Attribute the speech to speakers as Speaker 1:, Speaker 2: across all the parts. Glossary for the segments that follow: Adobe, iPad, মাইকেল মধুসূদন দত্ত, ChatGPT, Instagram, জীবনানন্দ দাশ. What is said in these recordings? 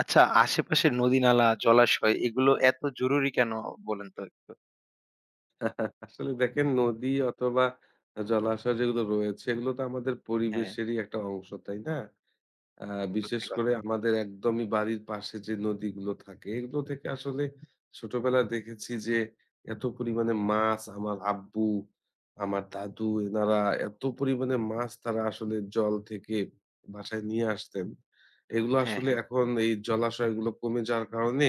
Speaker 1: আচ্ছা, আশেপাশের নদী-নালা, জলাশয় এগুলো এত জরুরি কেন বলেন তো একটু?
Speaker 2: আসলে দেখেন নদী অথবা জলাশয় যেগুলো রয়েছে এগুলো তো আমাদের
Speaker 1: হ্যাঁ,
Speaker 2: পরিবেশেরই একটা অংশ তাই না? আ বিশেষ
Speaker 1: সত্যি
Speaker 2: করে
Speaker 1: কথা।
Speaker 2: আমাদের একদমই বাড়ির পাশে যে নদীগুলো থাকে, এগুলো থেকে আসলে ছোটবেলায় দেখেছি যে এত পরিমাণে মাছ আমার আব্বু, আমার দাদু এনারা এত পরিমাণে মাছ তারা আসলে জল থেকে বাসায় নিয়ে আসতেন। এগুলো
Speaker 1: হ্যাঁ,
Speaker 2: আসলে
Speaker 1: হ্যাঁ।
Speaker 2: এখন এই জলাশয়গুলো কমে যাওয়ার কারণে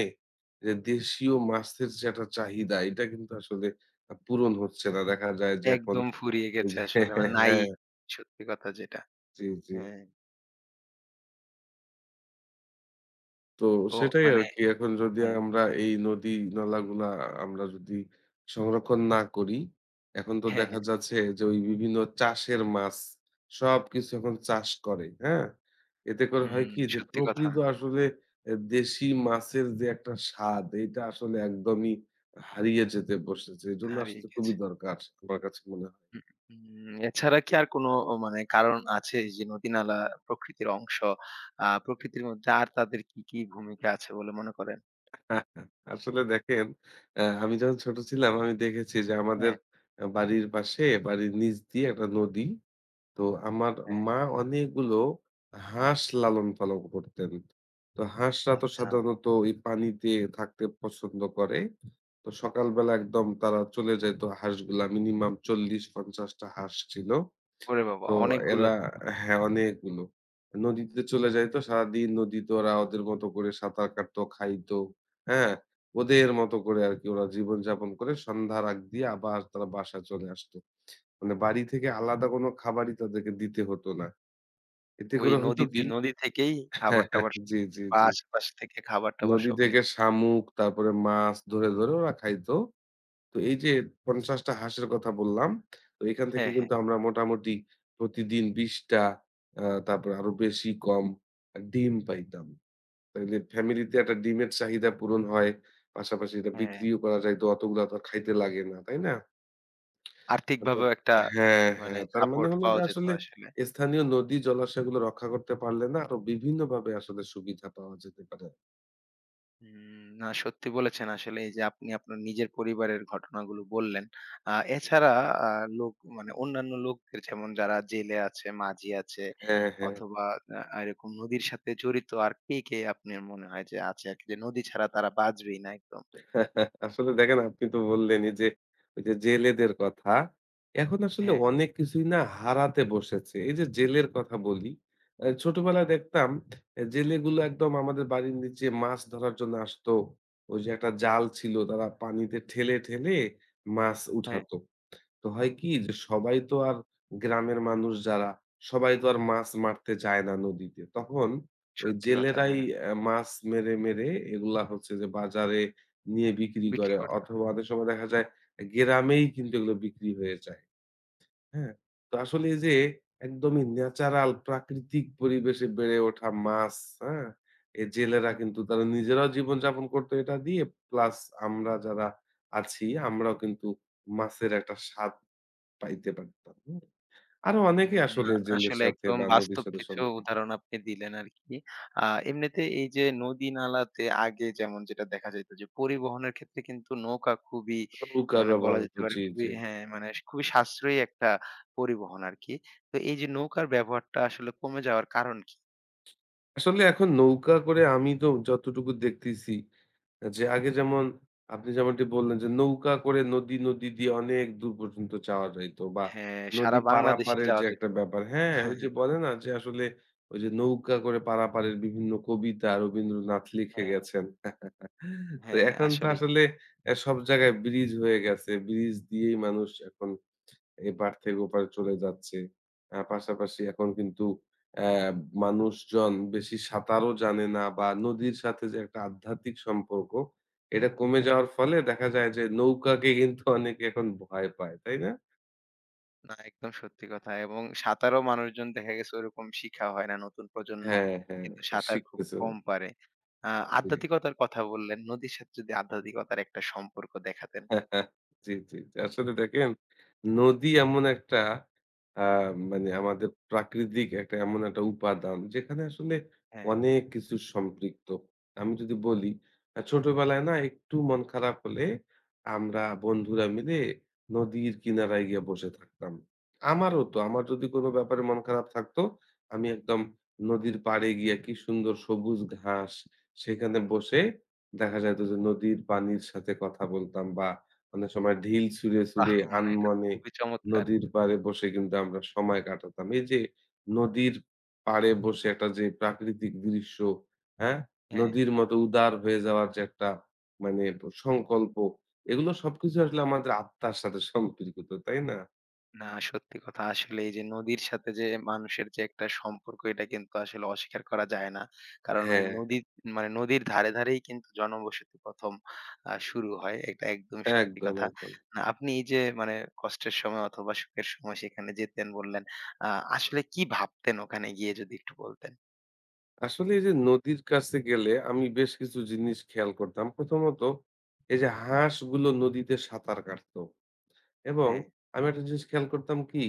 Speaker 2: যে দেশীয় মাছের যে একটা চাহিদা এটা কিন্তু আসলে পূরণ হচ্ছে না। দেখা যায় যে এখন
Speaker 1: একদম ফুরিয়ে
Speaker 2: ওই
Speaker 1: গেছে
Speaker 2: যে
Speaker 1: আসলে। মানে
Speaker 2: হ্যাঁ,
Speaker 1: নাই,
Speaker 2: হ্যাঁ,
Speaker 1: সত্যি কথা যেটা।
Speaker 2: জি, জি।
Speaker 1: হ্যাঁ।
Speaker 2: তো
Speaker 1: তো
Speaker 2: সেটাই
Speaker 1: মানে
Speaker 2: আরকি। এখন যদি
Speaker 1: হ্যাঁ,
Speaker 2: আমরা এই নদী নালাগুলা আমরা যদি সংরক্ষণ না করি, এখন তো
Speaker 1: হ্যাঁ,
Speaker 2: দেখা যাচ্ছে যে ওই বিভিন্ন চাষের মাছ সবকিছু এখন চাষ করে, হ্যাঁ? এতে করে
Speaker 1: হুম,
Speaker 2: হয় কি যে
Speaker 1: সত্যি কথা,
Speaker 2: প্রকৃত আসলে এ দেশি মাছের যে একটা স্বাদ এটা আসলে একদমই হারিয়ে যেতে বসেছে। এজন্য
Speaker 1: হারিয়ে
Speaker 2: আসলে খুবই
Speaker 1: গেছে।
Speaker 2: দরকার আমার কাছে মনে হয়।
Speaker 1: হুম, হুম, এছাড়া কি আর কোনো ও মানে কারণ আছে যে নদী-নালা প্রকৃতির অংশ, প্রকৃতির মধ্যে আর তাদের কি, কি ভূমিকা আছে বলে মনে করেন?
Speaker 2: আসলে দেখেন আমি যখন ছোট ছিলাম আমি দেখেছি যে আমাদের
Speaker 1: হ্যাঁ,
Speaker 2: বাড়ির পাশে বাড়ির নিচ দিয়ে একটা নদী। তো আমার
Speaker 1: হ্যাঁ,
Speaker 2: মা অনেকগুলো হাঁস লালন-পালন করতেন। তো হাঁসরা তো
Speaker 1: আচ্ছা।
Speaker 2: সাধারণত এই পানিতে থাকতে পছন্দ করে। তো সকালবেলা একদম তারা চলে যাইত হাঁসগুলা মিনিমাম ৪০-৫০ টা হাঁস ছিল।
Speaker 1: ওরে বাবা!
Speaker 2: তো
Speaker 1: অনেকগুলো
Speaker 2: এরা,
Speaker 1: তো।
Speaker 2: হ্যাঁ, অনেকগুলো। নদীতে চলে যাইতো। সারাদিন নদীতে ওরা ওদের মতো করে সাঁতার কাটতো, খাইতো। হ্যাঁ? ওদের মতো করে আরকি ওরা জীবনযাপন করে সন্ধ্যার আগ দিয়ে আবার তারা বাসায় চলে আসতো। মানে বাড়ি থেকে আলাদা কোনো খাবারই তাদেরকে দিতে হতো না। এতে
Speaker 1: ওই
Speaker 2: করে হইতো
Speaker 1: নদীতে
Speaker 2: কি
Speaker 1: নদী থেকেই
Speaker 2: হ্যাঁ, হ্যাঁ,
Speaker 1: খাবার-টাবার
Speaker 2: জি, জি,
Speaker 1: বা
Speaker 2: জি।
Speaker 1: আশেপাশ থেকে খাবার-টাবার
Speaker 2: নদী
Speaker 1: সব
Speaker 2: থেকে
Speaker 1: নিত।
Speaker 2: শামুক, তারপরে মাছ ধরে, ধরে ওরা খাইতো। তো এই যে ৫০ টা হাঁসের কথা বললাম, তো এখান থেকে
Speaker 1: হ্যাঁ, হ্যাঁ,
Speaker 2: কিন্তু আমরা মোটামুটি প্রতিদিন ২০ টা তারপরে আরো বেশি কম ডিম পাইতাম। তাইলে ফ্যামিলিতে একটা ডিমের চাহিদা পূরণ হয়। পাশাপাশি এটা
Speaker 1: হ্যাঁ।
Speaker 2: বিক্রিও করা যাইত। অতগুলা তো আর খাইতে লাগে না, তাই না? তো
Speaker 1: আর্থিকভাবেও একটা
Speaker 2: হ্যাঁ,
Speaker 1: মানে
Speaker 2: হ্যাঁ। তার মানে
Speaker 1: সাপোর্ট
Speaker 2: হলো যে
Speaker 1: পাওয়া যেত
Speaker 2: আসলে
Speaker 1: আসলে।
Speaker 2: স্থানীয় নদী, জলাশয়গুলো রক্ষা করতে পারলে না আরো বিভিন্নভাবে আসলে সুবিধা পাওয়া যেতে পারে।
Speaker 1: না, সত্যি বলেছেন আসলে। এই যে আপনি আপনার নিজের পরিবারের ঘটনাগুলো বললেন। আ এছাড়া আ লোক মানে অন্যান্য লোকদের, যেমন যারা জেলে আছে, মাঝি আছে,
Speaker 2: হ্যাঁ, হ্যাঁ।
Speaker 1: অথবা এরকম নদীর সাথে জড়িত আর কে, কে আপনার মনে হয় যে আছে আরকি, যে নদী ছাড়া তারা বাঁচবেই না একদম?
Speaker 2: আসলে দেখেন আপনি তো বললেনই যে ওই যে জেলেদের কথা। এখন আসলে
Speaker 1: হ্যাঁ,
Speaker 2: অনেক কিছুই না হারাতে বসেছে। এই যে জেলের কথা বলি। ছোটবেলায় দেখতাম এ জেলেগুলো একদম আমাদের বাড়ির নিচে মাছ ধরার জন্য আসতো। ওই যে একটা জাল ছিল তারা পানিতে ঠেলে, ঠেলে মাছ
Speaker 1: হ্যাঁ।
Speaker 2: উঠাতো। তো হয় কি যে সবাই তো আর গ্রামের মানুষ যারা সবাই তো আর মাছ মারতে যায় না নদীতে। তখন ওই
Speaker 1: সত্যি কথা,
Speaker 2: জেলেরাই
Speaker 1: হ্যাঁ।
Speaker 2: মাছ মেরে, মেরে এগুলা হচ্ছে যে বাজারে নিয়ে বিক্রি
Speaker 1: বিক্রি
Speaker 2: করে
Speaker 1: করত।
Speaker 2: অথবা অনেক সময় দেখা যায় গ্রামেই কিন্তু এগুলো বিক্রি হয়ে যায়। হ্যাঁ? তো আসলে এই যে
Speaker 1: হ্যাঁ।
Speaker 2: একদমই ন্যাচারাল প্রাকৃতিক পরিবেশে বেড়ে ওঠা মাছ, হ্যাঁ? এই জেলেরা কিন্তু তারা নিজেরাও জীবনযাপন করতো এটা দিয়ে প্লাস আমরা যারা আছি আমরাও কিন্তু মাছের একটা স্বাদ পাইতে পারতাম। হুম? আরো অনেকে
Speaker 1: উম
Speaker 2: আসলে জেলের
Speaker 1: আসলে
Speaker 2: সাথে
Speaker 1: একদম
Speaker 2: বা নদীর
Speaker 1: বাস্তব
Speaker 2: সাথে
Speaker 1: কিছু
Speaker 2: সম্পৃক্ত
Speaker 1: উদাহরণ আপনি দিলেন আরকি। আ এমনিতে এই যে নদী-নালাতে আগে যেমন যেটা দেখা যাইত, যে পরিবহনের ক্ষেত্রে কিন্তু নৌকা খুবই
Speaker 2: নৌকা
Speaker 1: মানে
Speaker 2: ব্যবহার
Speaker 1: বলা যেতে
Speaker 2: হতো।
Speaker 1: পারে
Speaker 2: জি,
Speaker 1: খুবই,
Speaker 2: জি।
Speaker 1: হ্যাঁ, মানে খুবই সাশ্রয়ী একটা পরিবহন আরকি। তো এই যে নৌকার ব্যবহারটা আসলে কমে যাওয়ার কারণ কি?
Speaker 2: আসলে এখন নৌকা করে আমি তো যতটুকু দেখতেছি যে আগে যেমন আপনি যেমনটি বললেন যে নৌকা করে নদী, নদী দিয়ে অনেক দূর পর্যন্ত যাওয়া যাইত বা
Speaker 1: হ্যাঁ,
Speaker 2: নদী
Speaker 1: সারা বাংলাদেশে
Speaker 2: পারাপারের
Speaker 1: যাওয়া
Speaker 2: যে
Speaker 1: যেত।
Speaker 2: একটা ব্যাপার, হ্যাঁ, ওই যে
Speaker 1: হ্যাঁ,
Speaker 2: বলে না যে আসলে ওই যে নৌকা করে পারাপারের বিভিন্ন কবিতা রবীন্দ্রনাথ লিখে
Speaker 1: হ্যাঁ, হ্যাঁ,
Speaker 2: গেছেন। তো
Speaker 1: হ্যাঁ,
Speaker 2: এখন তো
Speaker 1: আসলেই।
Speaker 2: আসলে এ সব জায়গায় ব্রিজ হয়ে গেছে। ব্রিজ দিয়েই মানুষ এখন এপার থেকে ওপারে চলে যাচ্ছে। পাশাপাশি এখন কিন্তু অ্যা মানুষজন বেশি সাঁতারও জানে না বা নদীর সাথে যে একটা আধ্যাত্মিক সম্পর্ক, এটা কমে যাওয়ার ফলে দেখা যায় যে নৌকাকে কিন্তু অনেকে এখন ভয় পায়। তাই না?
Speaker 1: না, একদম সত্যি কথা। এবং সাঁতারও মানুষজন দেখা গেছে ওরকম শিখা হয় না, নতুন প্রজন্ম
Speaker 2: হ্যাঁ, হ্যাঁ।
Speaker 1: কিন্তু সাঁতার খুব
Speaker 2: শিখতেছে। না।
Speaker 1: কম পারে। আ
Speaker 2: জি।
Speaker 1: আধ্যাত্মিকতার কথা বললেন। নদীর সাথে যদি আধ্যাত্মিকতার একটা সম্পর্ক দেখাতেন।
Speaker 2: জি, জি, জি। আসলে দেখেন নদী এমন একটা আ মানে আমাদের প্রাকৃতিক একটা এমন একটা উপাদান যেখানে আসলে
Speaker 1: হ্যাঁ,
Speaker 2: অনেক কিছু সম্পৃক্ত। আমি যদি বলি ছোটবেলায় না একটু মন খারাপ হলে আমরা বন্ধুরা মিলে নদীর কিনারায় গিয়ে বসে থাকতাম। আমার হতো, আমার যদি কোনো ব্যাপারে মন খারাপ থাকতো, আমি একদম নদীর পাড়ে গিয়ে কি সুন্দর সবুজ ঘাস সেখানে বসে দেখা যাইত যে নদীর পানির সাথে কথা বলতাম বা অনেক সময় ঢিল ছুঁড়ে,
Speaker 1: বাহ!
Speaker 2: ছুঁড়ে
Speaker 1: মানে এটা তো
Speaker 2: আনমনে
Speaker 1: খুবই চমৎকার।
Speaker 2: নদীর পাড়ে বসে কিন্তু আমরা সময় কাটাতাম। এই যে নদীর পাড়ে বসে একটা যে প্রাকৃতিক দৃশ্য, হ্যাঁ?
Speaker 1: হ্যাঁ।
Speaker 2: নদীর মতো উদার হয়ে যাওয়ার যে একটা মানে সংকল্প, এগুলো সবকিছু আসলে আমাদের আত্মার সাথে সম্পৃক্ত, তাই না?
Speaker 1: না, সত্যি কথা। আসলে এই যে নদীর সাথে যে মানুষের যে একটা সম্পর্ক, এটা কিন্তু আসলে অস্বীকার করা যায় না। কারণ ওই
Speaker 2: হ্যাঁ,
Speaker 1: নদী মানে নদীর ধারে, ধারেই কিন্তু জনবসতি ১ম শুরু হয়। এটা একদমই
Speaker 2: হ্যাঁ,
Speaker 1: সত্যি
Speaker 2: একদম,
Speaker 1: কথা।
Speaker 2: একদম।
Speaker 1: আপনি এই যে মানে কষ্টের সময় অথবা সুখের সময় সেখানে যেতেন বললেন। আ আসলে কি ভাবতেন ওখানে গিয়ে, যদি একটু বলতেন?
Speaker 2: আসলে এই যে নদীর কাছে গেলে আমি বেশ কিছু জিনিস খেয়াল করতাম। প্রথমত এই যে হাঁসগুলো নদীতে সাঁতার কাটতো। এবং
Speaker 1: হ্যাঁ।
Speaker 2: আমি একটা জিনিস খেয়াল করতাম কি,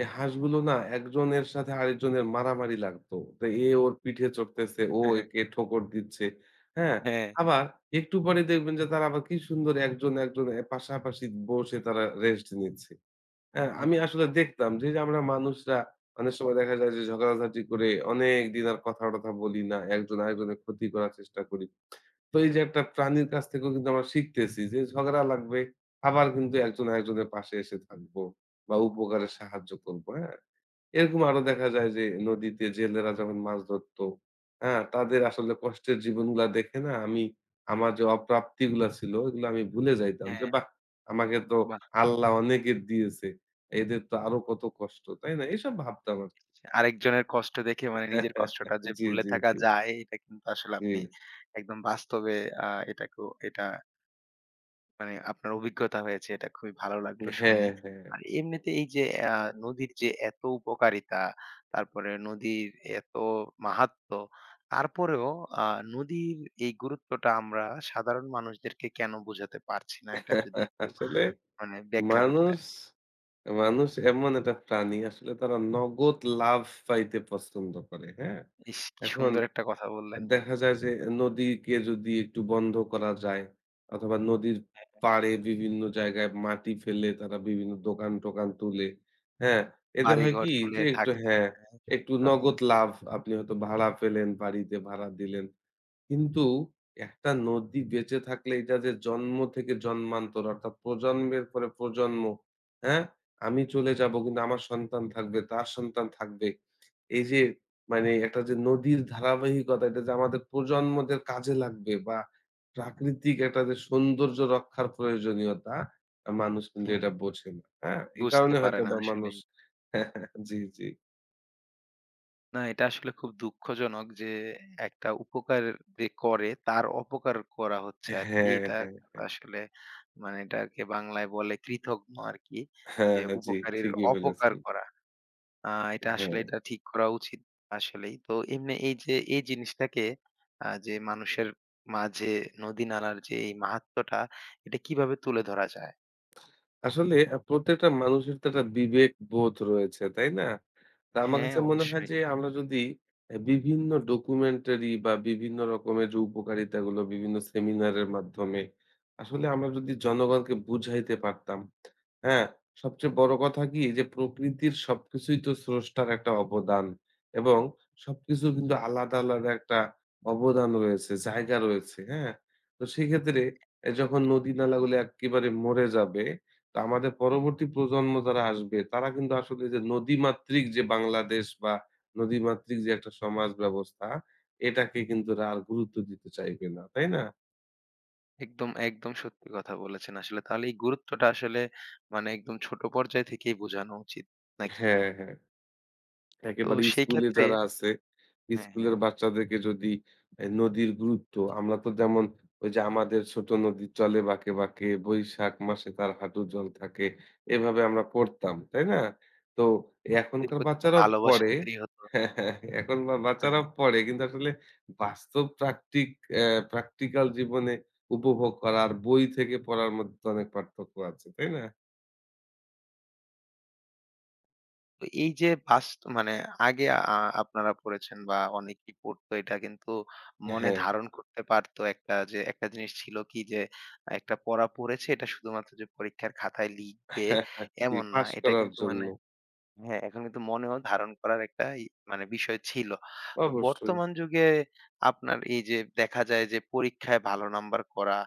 Speaker 2: এই হাঁসগুলো না একজনের সাথে আরেকজনের মারামারি লাগতো। তো এ ওর পিঠে চড়তেছে, ও একে ঠোকর দিচ্ছে। হ্যাঁ?
Speaker 1: হ্যাঁ, হ্যাঁ,
Speaker 2: আবার একটু পরে দেখবেন যে তারা আবার কি সুন্দর একজন, একজন এ পাশাপাশি বসে তারা রেস্ট নিচ্ছে। হ্যাঁ?
Speaker 1: হ্যাঁ।
Speaker 2: আমি আসলে দেখতাম যে, এই যে আমরা মানুষরা অনেক সময় দেখা যায় যে ঝগড়াঝাটি করে অনেকদিন আর কথা-টথা বলি না। একজন আরেকজনের ক্ষতি করার চেষ্টা করি। তো এই যে একটা প্রাণীর কাছ থেকেও কিন্তু আমরা শিখতেছি যে ঝগড়া লাগবে, আবার কিন্তু একজন আরেকজনের পাশে এসে থাকবো বা উপকারে সাহায্য করবো, হ্যাঁ? এরকম আরো দেখা যায় যে নদীতে জেলেরা যখন মাছ ধরতো, হ্যাঁ? তাদের আসলে কষ্টের জীবনগুলা দেখে না আমি আমার যে অপ্রাপ্তিগুলা ছিল এগুলো আমি ভুলে যাইতাম যে
Speaker 1: হ্যাঁ,
Speaker 2: বাহ! আমাকে তো
Speaker 1: বাহ!
Speaker 2: আল্লাহ অনেকে দিয়েছে। এদের তো আরো কত কষ্ট, তাই না? এসব ভাবতাম আরকি।
Speaker 1: আরেকজনের কষ্ট দেখে মানে নিজের কষ্টটা যে
Speaker 2: জি,
Speaker 1: ভুলে
Speaker 2: জি,
Speaker 1: থাকা
Speaker 2: জি,
Speaker 1: যায়, এটা কিন্তু আসলে
Speaker 2: জি।
Speaker 1: আপনি একদম বাস্তবে আ এটাকেও, এটা মানে আপনার অভিজ্ঞতা হয়েছে, এটা খুবই ভালো লাগলো
Speaker 2: হ্যাঁ,
Speaker 1: শুনে।
Speaker 2: হ্যাঁ।
Speaker 1: আর এমনিতে এই যে আ নদীর যে এত উপকারিতা, তারপরে নদীর এত মাহাত্ম্য, তারপরেও আ নদীর এই গুরুত্বটা আমরা সাধারণ মানুষদেরকে কেন বোঝাতে পারছি না? এটা যদি একটু
Speaker 2: আসলে
Speaker 1: মানে ব্যাখ্যা করতেন।
Speaker 2: মানুষ মানুষ এমন একটা প্রাণী আসলে তারা নগদ লাভ পাইতে পছন্দ করে। হ্যাঁ?
Speaker 1: ইস! কি
Speaker 2: এখন
Speaker 1: সুন্দর একটা কথা বললেন।
Speaker 2: দেখা যায় যে নদীকে যদি একটু বন্ধ করা যায় অথবা নদীর
Speaker 1: হ্যাঁ,
Speaker 2: পাড়ে বিভিন্ন জায়গায় মাটি ফেলে তারা বিভিন্ন দোকান-টোকান তুলে। হ্যাঁ? এতে হয়
Speaker 1: বাড়িঘর
Speaker 2: কি যে
Speaker 1: তুলে
Speaker 2: একটু,
Speaker 1: থাকে।
Speaker 2: হ্যাঁ,
Speaker 1: হ্যাঁ,
Speaker 2: একটু
Speaker 1: সত্যি কথা।
Speaker 2: নগদ লাভ আপনি হয়তো ভাড়া পেলেন, বাড়িতে ভাড়া দিলেন। কিন্তু একটা নদী বেঁচে থাকলে এটা যে জন্ম থেকে জন্মান্তর অর্থাৎ প্রজন্মের পরে প্রজন্ম, হ্যাঁ? আমি চলে যাবো কিন্তু আমার সন্তান থাকবে, তার সন্তান থাকবে। এই যে মানে একটা যে নদীর ধারাবাহিকতা এটা যে আমাদের প্রজন্মদের কাজে লাগবে বা প্রাকৃতিক একটা যে সৌন্দর্য রক্ষার প্রয়োজনীয়তা মানুষ কিন্তু
Speaker 1: হ্যাঁ,
Speaker 2: এটা বোঝে না, হ্যাঁ? এই
Speaker 1: বুঝতে
Speaker 2: কারণে
Speaker 1: পারে না
Speaker 2: হয়তোবা মানুষ
Speaker 1: আসলেই।
Speaker 2: জি, জি।
Speaker 1: না, এটা আসলে খুব দুঃখজনক যে একটা উপকার যে করে, তার অপকার করা হচ্ছে আরকি।
Speaker 2: হ্যাঁ,
Speaker 1: এটা
Speaker 2: হ্যাঁ, হ্যাঁ।
Speaker 1: আসলে মানে এটাকে বাংলায় বলে কৃতঘ্ন আরকি।
Speaker 2: হ্যাঁ,
Speaker 1: যে
Speaker 2: জি।
Speaker 1: উপকারীর
Speaker 2: ঠিকই
Speaker 1: অপকার
Speaker 2: বলেছেন।
Speaker 1: করা। আ এটা আসলে
Speaker 2: হ্যাঁ।
Speaker 1: এটা ঠিক করা উচিত আসলেই। তো এমনি এই যে এই জিনিসটাকে যে মানুষের মাঝে নদী নালার যে এই মাহাত্ম্যটা এটা কিভাবে তুলে ধরা যায়?
Speaker 2: আসলে প্রত্যেকটা মানুষের তো একটা বিবেক বোধ রয়েছে, তাই না? তা আমার
Speaker 1: হ্যাঁ,
Speaker 2: কাছে মনে হয়
Speaker 1: অবশ্যই।
Speaker 2: যে আমরা যদি এ বিভিন্ন ডকুমেন্টারি বা বিভিন্ন রকমের যে উপকারিতাগুলো বিভিন্ন সেমিনারের মাধ্যমে আসলে আমরা যদি জনগণকে বুঝাইতে পারতাম, হ্যাঁ? সবচেয়ে বড় কথা কি যে প্রকৃতির সবকিছুই তো স্রষ্টার একটা অবদান এবং সবকিছুর কিন্তু আলাদা, আলাদা একটা অবদান রয়েছে, জায়গা রয়েছে, হ্যাঁ? তো সেক্ষেত্রে এ যখন
Speaker 1: সত্যি
Speaker 2: নদী-নালাগুলো এক্কেবারে মরে যাবে তো আমাদের পরবর্তী প্রজন্ম যারা আসবে তারা কিন্তু আসলে যে নদীমাতৃক যে বাংলাদেশ বা নদীমাতৃক যে একটা সমাজ ব্যবস্থা এটাকে কিন্তু এরা আর গুরুত্ব দিতে চাইবে না। তাই না?
Speaker 1: একদম, একদম সত্যি কথা বলেছেন আসলে। তাহলে এই গুরুত্বটা আসলে মানে একদম ছোট পর্যায় থেকেই বোঝানো উচিত নাকি?
Speaker 2: হ্যাঁ, হ্যাঁ।
Speaker 1: তো
Speaker 2: একেবারে
Speaker 1: সেই
Speaker 2: স্কুলে
Speaker 1: ক্ষেত্রে
Speaker 2: যারা আছে,
Speaker 1: হ্যাঁ,
Speaker 2: স্কুলের
Speaker 1: হ্যাঁ,
Speaker 2: বাচ্চাদেরকে যদি এ নদীর গুরুত্ব আমরা তো যেমন ওই যে আমাদের ছোট নদী চলে বাঁকে, বাঁকে, বৈশাখ মাসে তার হাঁটু জল থাকে। এভাবে আমরা পড়তাম, তাই না? তো
Speaker 1: এর
Speaker 2: এখনকার
Speaker 1: প্রতি একটা
Speaker 2: বাচ্চারাও
Speaker 1: ভালোবাসা
Speaker 2: পড়ে
Speaker 1: তৈরি হতো।
Speaker 2: হ্যাঁ, হ্যাঁ, এখন বা
Speaker 1: হ্যাঁ,
Speaker 2: বাচ্চারাও
Speaker 1: হ্যাঁ।
Speaker 2: পড়ে কিন্তু আসলে বাস্তব প্রাকটিক অ্যা প্র্যাকটিক্যাল জীবনে উপভোগ করা আর বই থেকে পড়ার মধ্যে তো অনেক পার্থক্য আছে, তাই না?
Speaker 1: তো এই যে মানে আগে আ আপনারা পড়েছেন বা অনেকেই পড়তো, এটা কিন্তু মনে
Speaker 2: হ্যাঁ,
Speaker 1: ধারণ করতে পারতো। একটা যে একটা জিনিস ছিল কি, যে একটা পড়া পড়েছে এটা শুধুমাত্র যে পরীক্ষার খাতায় লিখবে
Speaker 2: জি,
Speaker 1: এমন না।
Speaker 2: পাস
Speaker 1: এটা
Speaker 2: করার
Speaker 1: কিন্তু
Speaker 2: জন্য,
Speaker 1: মানে হ্যাঁ, এখন কিন্তু মনেও ধারণ করার একটা মানে বিষয় ছিল। তো
Speaker 2: অবশ্যই।
Speaker 1: বর্তমান যুগে আপনার এই যে দেখা যায় যে পরীক্ষায় ভালো নাম্বার করা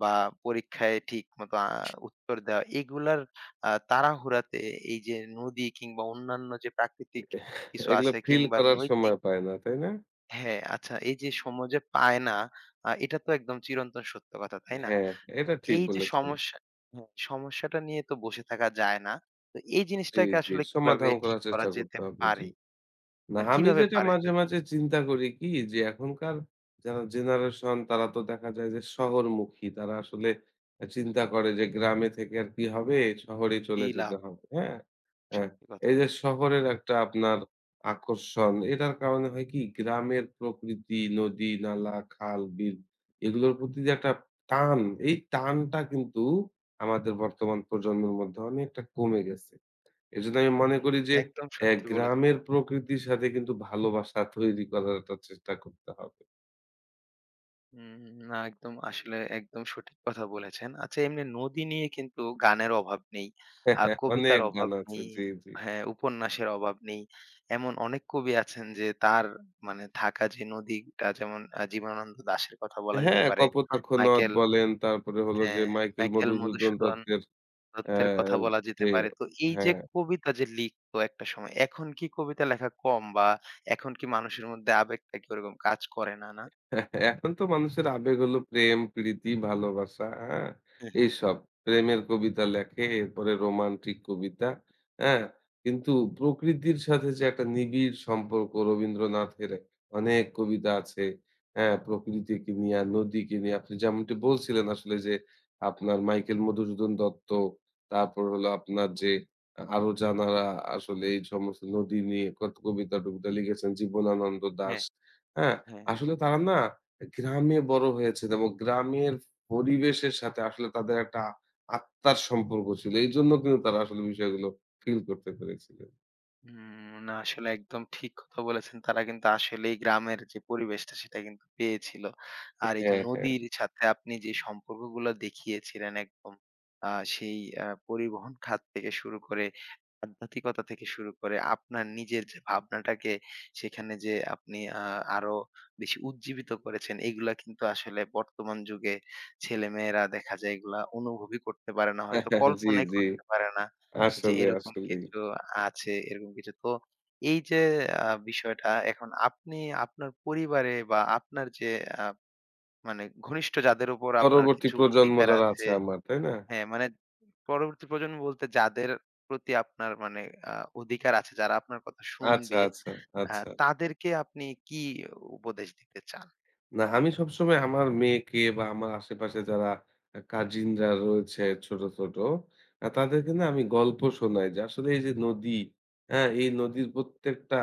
Speaker 1: বা পরীক্ষায় ঠিকমতো উত্তর দেওয়া এগুলার তাড়াহুড়াতে এই যে নদী কিংবা অন্যান্য যে প্রাকৃতিক কিছু
Speaker 2: এগুলো
Speaker 1: আছে
Speaker 2: ফিল
Speaker 1: কিংবা
Speaker 2: করার
Speaker 1: নৈতিক,
Speaker 2: সময় পায় না, তাই না?
Speaker 1: হ্যাঁ, আচ্ছা এই যে সময় যে পায় না, এটা তো একদম চিরন্তন সত্য কথা, তাই না?
Speaker 2: হ্যাঁ,
Speaker 1: তো
Speaker 2: এটা ঠিক
Speaker 1: এই যে
Speaker 2: বলেছেন।
Speaker 1: সমস্যা, হ্যাঁ, সমস্যাটা নিয়ে তো বসে থাকা যায় না। তো এই
Speaker 2: জি,
Speaker 1: জিনিসটাকে
Speaker 2: জি।
Speaker 1: আসলে কিভাবে
Speaker 2: সমাধান
Speaker 1: ঠিক
Speaker 2: করার
Speaker 1: করা
Speaker 2: চেষ্টা করতে
Speaker 1: যেতে
Speaker 2: হবে। জি।
Speaker 1: পারে?
Speaker 2: না,
Speaker 1: মানে
Speaker 2: আমি
Speaker 1: কিভাবে
Speaker 2: যেটা
Speaker 1: পারে?
Speaker 2: মাঝে,
Speaker 1: যদি
Speaker 2: মাঝে চিন্তা করি কি যে এখনকার যারা জেনারেশন তারা তো দেখা যায় যে শহরমুখী। তারা আসলে চিন্তা করে যে গ্রামে থেকে আর কি হবে? শহরেই
Speaker 1: কি
Speaker 2: চলে যেতে
Speaker 1: লাভ,
Speaker 2: হবে। হ্যাঁ? হ্যাঁ।
Speaker 1: সত্যি কথা।
Speaker 2: এই যে শহরের একটা আপনার আকর্ষণ এটার কারণে হয় কি গ্রামের প্রকৃতি, নদী, নালা, খাল, বিল এগুলোর প্রতি যে একটা টান, এই টানটা কিন্তু আমাদের বর্তমান প্রজন্মের মধ্যে অনেকটা কমে গেছে। এজন্য আমি মনে
Speaker 1: হুম।
Speaker 2: করি যে
Speaker 1: একদম সত্যি বলেছেন।
Speaker 2: গ্রামের প্রকৃতির সাথে কিন্তু ভালোবাসা তৈরি করার একটা চেষ্টা করতে হবে।
Speaker 1: হুম, না একদম আসলে একদম সঠিক কথা বলেছেন। আচ্ছা এমনি নদী নিয়ে কিন্তু গানের অভাব নেই,
Speaker 2: অনেক
Speaker 1: কবিতার
Speaker 2: গান
Speaker 1: অভাব
Speaker 2: আছে।
Speaker 1: নেই,
Speaker 2: জি, জি।
Speaker 1: হ্যাঁ, উপন্যাসের অভাব নেই। এমন অনেক কবি আছেন যে তার মানে থাকা যে নদীটা যেমন জীবনানন্দ দাশের কথা বলা যেতে
Speaker 2: হ্যাঁ,
Speaker 1: পারে,
Speaker 2: 'কপোতাক্ষ নদ'
Speaker 1: মাইকেল,
Speaker 2: বলেন, তারপরে হলো যে
Speaker 1: হ্যাঁ,
Speaker 2: মাইকেল
Speaker 1: মাইকেল
Speaker 2: মধুসূদন
Speaker 1: মধুসূদন
Speaker 2: দত্তের অ্যা
Speaker 1: দত্তের কথা বলা যেতে
Speaker 2: যে,
Speaker 1: পারে। তো এই যে
Speaker 2: হ্যাঁ।
Speaker 1: কবিতা যে লিখতো একটা সময়, এখন কি কবিতা লেখা কম বা এখন কি মানুষের মধ্যে আবেগটা কি ওরকম কাজ করে না, না?
Speaker 2: হ্যাঁ, এখন তো মানুষের আবেগ হলো প্রেম, প্রীতি, ভালোবাসা, হ্যাঁ? এইসব। প্রেমের কবিতা লেখে, এরপরে রোমান্টিক কবিতা, হ্যাঁ? কিন্তু প্রকৃতির সাথে যে একটা নিবিড় সম্পর্ক রবীন্দ্রনাথের অনেক কবিতা আছে, হ্যাঁ? প্রকৃতিকে নিয়ে, আর নদীকে নিয়ে। আপনি যেমনটি বলছিলেন আসলে যে আপনার মাইকেল মধুসূদন দত্ত, তারপর হলো আপনার যে আরো যানারা আসলে এই সমস্ত নদী নিয়ে কত কবিতা-টবিতা লিখেছেন, জীবনানন্দ দাশ,
Speaker 1: হ্যাঁ,
Speaker 2: হ্যাঁ?
Speaker 1: হ্যাঁ।
Speaker 2: আসলে তারা না গ্রামে বড় হয়েছেন এবং গ্রামের পরিবেশের সাথে আসলে তাদের একটা আত্মার সম্পর্ক ছিল। এইজন্য কিন্তু তারা আসলে বিষয়গুলো ফিল করতে পেরেছিলেন।
Speaker 1: হুম, না আসলে একদম ঠিক কথা বলেছেন। তারা কিন্তু আসলেই গ্রামের যে পরিবেশটা সেটা কিন্তু পেয়েছিল। আর এই যে
Speaker 2: হ্যাঁ, হ্যাঁ।
Speaker 1: নদীর সাথে আপনি যে সম্পর্কগুলো দেখিয়েছিলেন একদম, আ সেই পরিবহন খাত থেকে শুরু করে আধ্যাত্মিকতা থেকে শুরু করে আপনার নিজের যে ভাবনাটাকে সেখানে যে আপনি আরো বেশি উজ্জীবিত করেছেন, এগুলা কিন্তু আসলে বর্তমান যুগে ছেলেমেয়েরা দেখা যায় এগুলা অনুভবই করতে পারে না। হয়তো
Speaker 2: জি,
Speaker 1: কল্পনাই
Speaker 2: জি।
Speaker 1: করতে পারে না যে
Speaker 2: আসলে,
Speaker 1: এরকম
Speaker 2: আসলেই।
Speaker 1: কিছু আছে, এরকম কিছু। তো এই যে বিষয়টা এখন আপনি আপনার পরিবারে বা আপনার যে আ মানে ঘনিষ্ঠ যাদের উপর আপনার
Speaker 2: পরবর্তী
Speaker 1: কিছু
Speaker 2: প্রজন্ম
Speaker 1: অধিকার
Speaker 2: যারা
Speaker 1: আছে,
Speaker 2: আছে আমার, তাই না?
Speaker 1: হ্যাঁ, মানে পরবর্তী প্রজন্ম বলতে যাদের প্রতি আপনার মানে আ অধিকার আছে, যারা আপনার কথা
Speaker 2: আচ্ছা,
Speaker 1: শুনবে,
Speaker 2: আচ্ছা,
Speaker 1: আ
Speaker 2: আচ্ছা।
Speaker 1: তাদেরকে আপনি কি উপদেশ দিতে চান?
Speaker 2: না, আমি সবসময় আমার মেয়েকে বা আমার আশেপাশে যারা কাজিনরা রয়েছে ছোট, ছোট তাদেরকে না আমি গল্প শোনাই যে আসলে এই যে নদী, হ্যাঁ? এই নদীর প্রত্যেকটা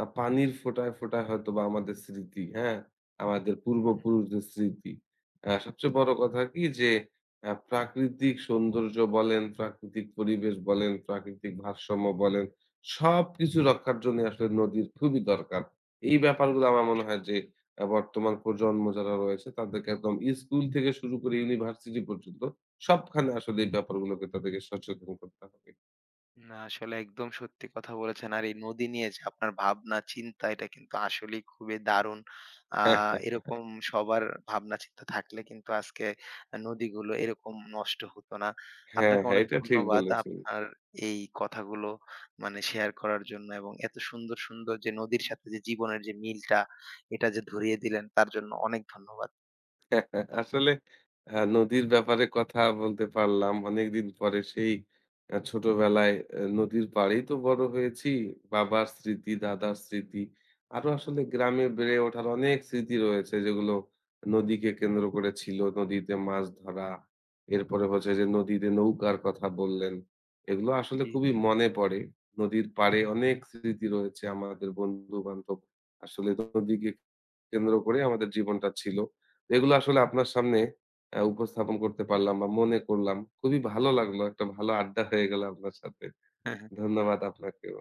Speaker 2: পানির ফোঁটায়, ফোঁটায় হয়তোবা আমাদের স্মৃতি, হ্যাঁ? আমাদের পূর্বপুরুষদের স্মৃতি। সবচেয়ে বড় কথা কি যে প্রাকৃতিক সৌন্দর্য বলেন, প্রাকৃতিক পরিবেশ বলেন, প্রাকৃতিক ভারসাম্য বলেন, সবকিছু রক্ষার জন্য আসলে নদীর খুবই দরকার। এই ব্যাপারগুলো আমার মনে হয় যে বর্তমান প্রজন্ম যারা রয়েছে তাদেরকে একদম স্কুল থেকে শুরু করে ইউনিভার্সিটি পর্যন্ত সবখানে আসলে এই ব্যাপারগুলোকে তাদেরকে সচেতন করতে হবে।
Speaker 1: না, আসলে একদম সত্যি কথা বলেছেন। আর এই নদী নিয়ে যে আপনার ভাবনা চিন্তা এটা কিন্তু আসলেই খুবই দারুণ। আ
Speaker 2: হ্যাঁ, হ্যাঁ,
Speaker 1: এরকম সবার ভাবনা চিন্তা থাকলে কিন্তু আজকে নদীগুলো এরকম নষ্ট হতো না।
Speaker 2: হ্যাঁ,
Speaker 1: আপনাকে
Speaker 2: হ্যাঁ,
Speaker 1: অনেক
Speaker 2: এটা ঠিক
Speaker 1: ধন্যবাদ
Speaker 2: বলেছেন।
Speaker 1: আপনার এই কথাগুলো মানে শেয়ার করার জন্য, এবং এত সুন্দর, সুন্দর যে নদীর সাথে যে জীবনের যে মিলটা এটা যে ধরিয়ে দিলেন তার জন্য অনেক ধন্যবাদ।
Speaker 2: আসলে নদীর ব্যাপারে কথা বলতে পারলাম। অনেকদিন পরে সেই ছোটবেলায় নদীর পাড়েই তো বড় হয়েছি। বাবার স্মৃতি, দাদার স্মৃতি। আরো আসলে গ্রামে বেড়ে ওঠার অনেক স্মৃতি রয়েছে যেগুলো নদীকে কেন্দ্র করে ছিল। নদীতে মাছ ধরা। এরপরে হচ্ছে যে নদীতে নৌকার কথা বললেন। এগুলো আসলে
Speaker 1: জি।
Speaker 2: খুবই মনে পড়ে। নদীর পাড়ে অনেক স্মৃতি রয়েছে আমাদের বন্ধু-বান্ধব। আসলে নদীকে কেন্দ্র করে আমাদের জীবনটা ছিল। এগুলো আসলে আপনার সামনে উপস্থাপন করতে পারলাম বা মনে করলাম। খুবই ভালো লাগলো। একটা ভালো আড্ডা হয়ে গেল আপনার সাথে। ধন্যবাদ আপনাকেও।